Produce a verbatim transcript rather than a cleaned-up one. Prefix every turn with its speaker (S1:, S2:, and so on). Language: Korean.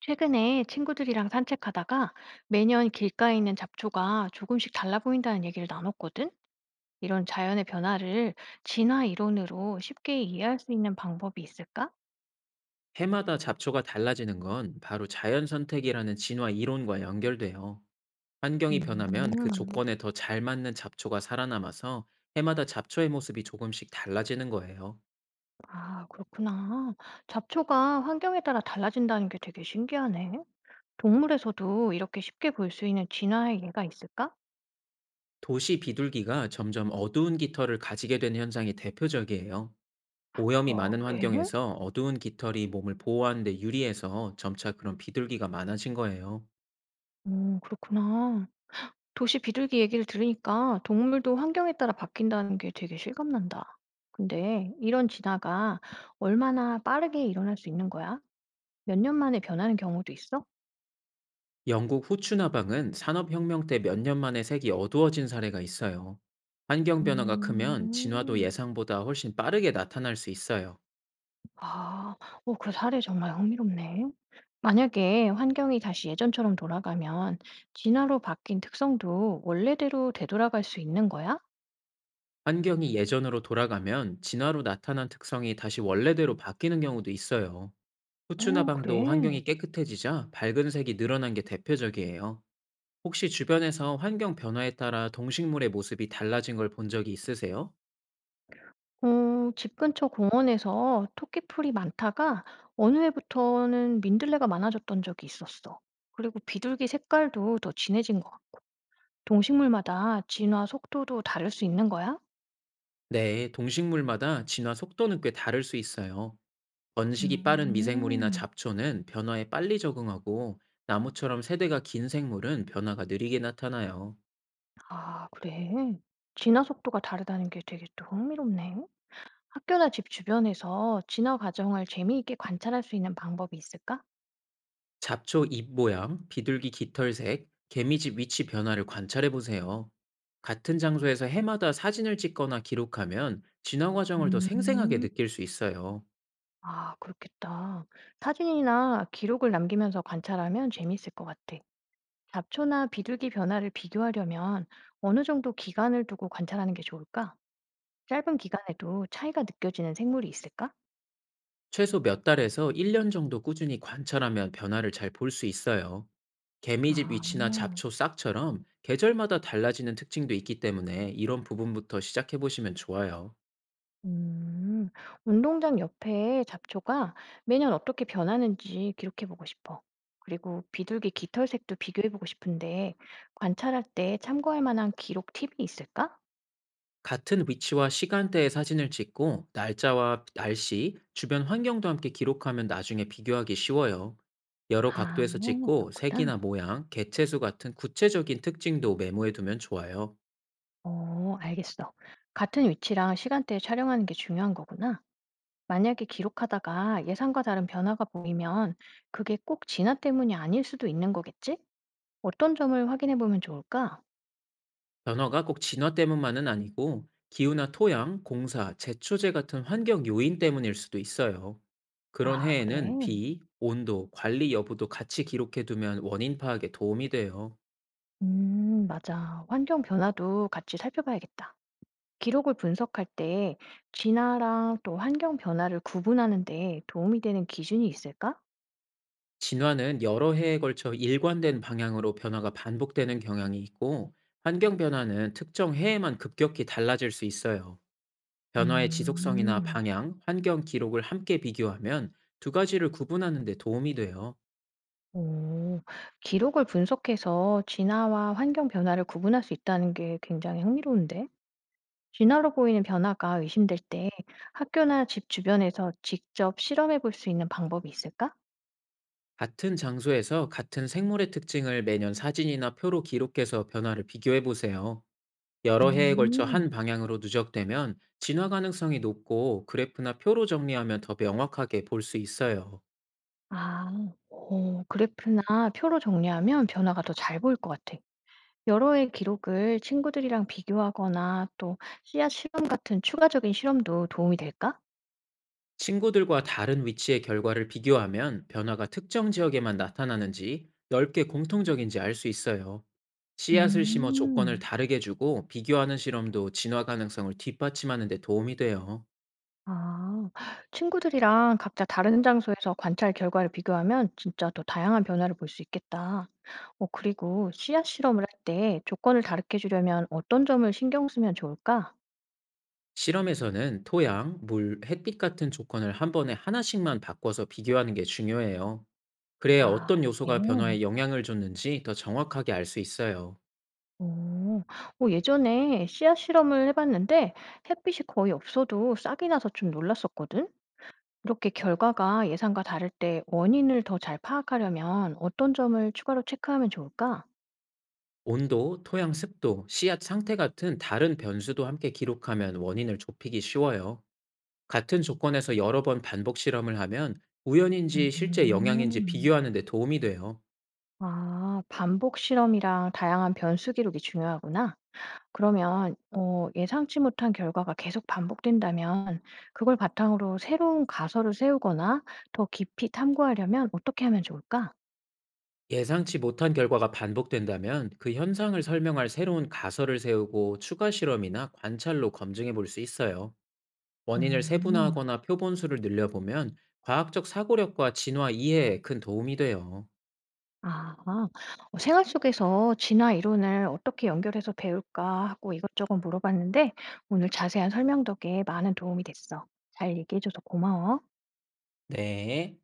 S1: 최근에 친구들이랑 산책하다가 매년 길가에 있는 잡초가 조금씩 달라 보인다는 얘기를 나눴거든? 이런 자연의 변화를 진화 이론으로 쉽게 이해할 수 있는 방법이 있을까?
S2: 해마다 잡초가 달라지는 건 바로 자연 선택이라는 진화 이론과 연결돼요. 환경이 변하면
S1: 음,
S2: 그 조건에 더 잘 맞는 잡초가 살아남아서 해마다 잡초의 모습이 조금씩 달라지는 거예요.
S1: 아, 그렇구나. 잡초가 환경에 따라 달라진다는 게 되게 신기하네. 동물에서도 이렇게 쉽게 볼 수 있는 진화의 예가 있을까?
S2: 도시 비둘기가 점점 어두운 깃털을 가지게 된 현상이 대표적이에요. 오염이
S1: 어,
S2: 많은
S1: 그래?
S2: 환경에서 어두운 깃털이 몸을 보호하는 데 유리해서 점차 그런 비둘기가 많아진 거예요.
S1: 음, 그렇구나. 도시 비둘기 얘기를 들으니까 동물도 환경에 따라 바뀐다는 게 되게 실감난다. 근데 이런 진화가 얼마나 빠르게 일어날 수 있는 거야? 몇 년 만에 변하는 경우도 있어?
S2: 영국 호추 나방은 산업혁명 때 몇 년 만에 색이 어두워진 사례가 있어요. 환경 변화가 크면 진화도
S1: 음,
S2: 예상보다 훨씬 빠르게 나타날 수 있어요.
S1: 아, 오 그 사례 정말 흥미롭네. 만약에 환경이 다시 예전처럼 돌아가면 진화로 바뀐 특성도 원래대로 되돌아갈 수 있는 거야?
S2: 환경이 예전으로 돌아가면 진화로 나타난 특성이 다시 원래대로 바뀌는 경우도 있어요. 후추
S1: 오,
S2: 나방도
S1: 그래.
S2: 환경이 깨끗해지자 밝은 색이 늘어난 게 대표적이에요. 혹시 주변에서 환경 변화에 따라 동식물의 모습이 달라진 걸 본 적이 있으세요?
S1: 어, 집 근처 공원에서 토끼풀이 많다가 어느 해부터는 민들레가 많아졌던 적이 있었어. 그리고 비둘기 색깔도 더 진해진 것 같고, 동식물마다 진화 속도도 다를 수 있는 거야?
S2: 네, 동식물마다 진화 속도는 꽤 다를 수 있어요. 번식이 빠른 미생물이나
S1: 음,
S2: 잡초는 변화에 빨리 적응하고 나무처럼 세대가 긴 생물은 변화가 느리게 나타나요.
S1: 아, 그래. 진화 속도가 다르다는 게 되게 또 흥미롭네. 학교나 집 주변에서 진화 과정을 재미있게 관찰할 수 있는 방법이 있을까?
S2: 잡초 잎 모양, 비둘기 깃털색, 개미집 위치 변화를 관찰해 보세요. 같은 장소에서 해마다 사진을 찍거나 기록하면 진화 과정을 더 생생하게
S1: 음,
S2: 느낄 수 있어요.
S1: 아, 그렇겠다. 사진이나 기록을 남기면서 관찰하면 재미있을 것 같아. 잡초나 비둘기 변화를 비교하려면 어느 정도 기간을 두고 관찰하는 게 좋을까? 짧은 기간에도 차이가 느껴지는 생물이 있을까?
S2: 최소 몇 달에서 일 년 정도 꾸준히 관찰하면 변화를 잘 볼 수 있어요. 개미집
S1: 아,
S2: 위치나 잡초 싹처럼 계절마다 달라지는 특징도 있기 때문에 이런 부분부터 시작해 보시면 좋아요.
S1: 음, 운동장 옆에 잡초가 매년 어떻게 변하는지 기록해보고 싶어. 그리고 비둘기 깃털색도 비교해보고 싶은데 관찰할 때 참고할 만한 기록 팁이 있을까?
S2: 같은 위치와 시간대에 사진을 찍고 날짜와 날씨, 주변 환경도 함께 기록하면 나중에 비교하기 쉬워요. 여러
S1: 아,
S2: 각도에서 찍고
S1: 그렇구나.
S2: 색이나 모양, 개체수 같은 구체적인 특징도 메모해 두면 좋아요.
S1: 어, 알겠어. 같은 위치랑 시간대에 촬영하는 게 중요한 거구나. 만약에 기록하다가 예상과 다른 변화가 보이면 그게 꼭 진화 때문이 아닐 수도 있는 거겠지? 어떤 점을 확인해 보면 좋을까?
S2: 변화가 꼭 진화 때문만은 아니고 기후나 토양, 공사, 제초제 같은 환경 요인 때문일 수도 있어요. 그런
S1: 아, 그래.
S2: 해에는 비, 온도, 관리 여부도 같이 기록해 두면 원인 파악에 도움이 돼요.
S1: 음, 맞아. 환경 변화도 같이 살펴봐야겠다. 기록을 분석할 때 진화랑 또 환경 변화를 구분하는데 도움이 되는 기준이 있을까?
S2: 진화는 여러 해에 걸쳐 일관된 방향으로 변화가 반복되는 경향이 있고 환경 변화는 특정 해에만 급격히 달라질 수 있어요. 변화의 지속성이나
S1: 음,
S2: 방향, 환경 기록을 함께 비교하면 두 가지를 구분하는 데 도움이 돼요.
S1: 오, 기록을 분석해서 진화와 환경 변화를 구분할 수 있다는 게 굉장히 흥미로운데? 진화로 보이는 변화가 의심될 때 학교나 집 주변에서 직접 실험해 볼 수 있는 방법이 있을까?
S2: 같은 장소에서 같은 생물의 특징을 매년 사진이나 표로 기록해서 변화를 비교해 보세요. 여러 해에 걸쳐 한
S1: 음,
S2: 방향으로 누적되면 진화 가능성이 높고 그래프나 표로 정리하면 더 명확하게 볼 수 있어요.
S1: 아, 어, 그래프나 표로 정리하면 변화가 더 잘 보일 것 같아. 여러 해 기록을 친구들이랑 비교하거나 또 씨앗 실험 같은 추가적인 실험도 도움이 될까?
S2: 친구들과 다른 위치의 결과를 비교하면 변화가 특정 지역에만 나타나는지 넓게 공통적인지 알 수 있어요. 씨앗을 심어 조건을
S1: 음.
S2: 다르게 주고 비교하는 실험도 진화 가능성을 뒷받침하는 데 도움이 돼요.
S1: 아. 친구들이랑 각자 다른 장소에서 관찰 결과를 비교하면 진짜 또 다양한 변화를 볼 수 있겠다. 어 그리고 씨앗 실험을 할 때 조건을 다르게 주려면 어떤 점을 신경 쓰면 좋을까?
S2: 실험에서는 토양, 물, 햇빛 같은 조건을 한 번에 하나씩만 바꿔서 비교하는 게 중요해요. 그래야
S1: 아
S2: 어떤 요소가
S1: 그래?
S2: 변화에 영향을 줬는지 더 정확하게 알 수 있어요.
S1: 어. 어 예전에 씨앗 실험을 해 봤는데 햇빛이 거의 없어도 싹이 나서 좀 놀랐었거든. 이렇게 결과가 예상과 다를 때 원인을 더 잘 파악하려면 어떤 점을 추가로 체크하면 좋을까?
S2: 온도, 토양 습도, 씨앗 상태 같은 다른 변수도 함께 기록하면 원인을 좁히기 쉬워요. 같은 조건에서 여러 번 반복 실험을 하면 우연인지 실제 영향인지
S1: 음.
S2: 비교하는 데 도움이 돼요.
S1: 아 반복 실험이랑 다양한 변수 기록이 중요하구나. 그러면 어 예상치 못한 결과가 계속 반복된다면 그걸 바탕으로 새로운 가설을 세우거나 더 깊이 탐구하려면 어떻게 하면 좋을까?
S2: 예상치 못한 결과가 반복된다면 그 현상을 설명할 새로운 가설을 세우고 추가 실험이나 관찰로 검증해 볼 수 있어요. 원인을
S1: 음.
S2: 세분화하거나 표본수를 늘려보면 과학적 사고력과 진화 이해에 큰 도움이 돼요.
S1: 아. 어 생활 속에서 진화 이론을 어떻게 연결해서 배울까 하고 이것저것 물어봤는데 오늘 자세한 설명 덕에 많은 도움이 됐어. 잘 얘기해 줘서 고마워.
S2: 네.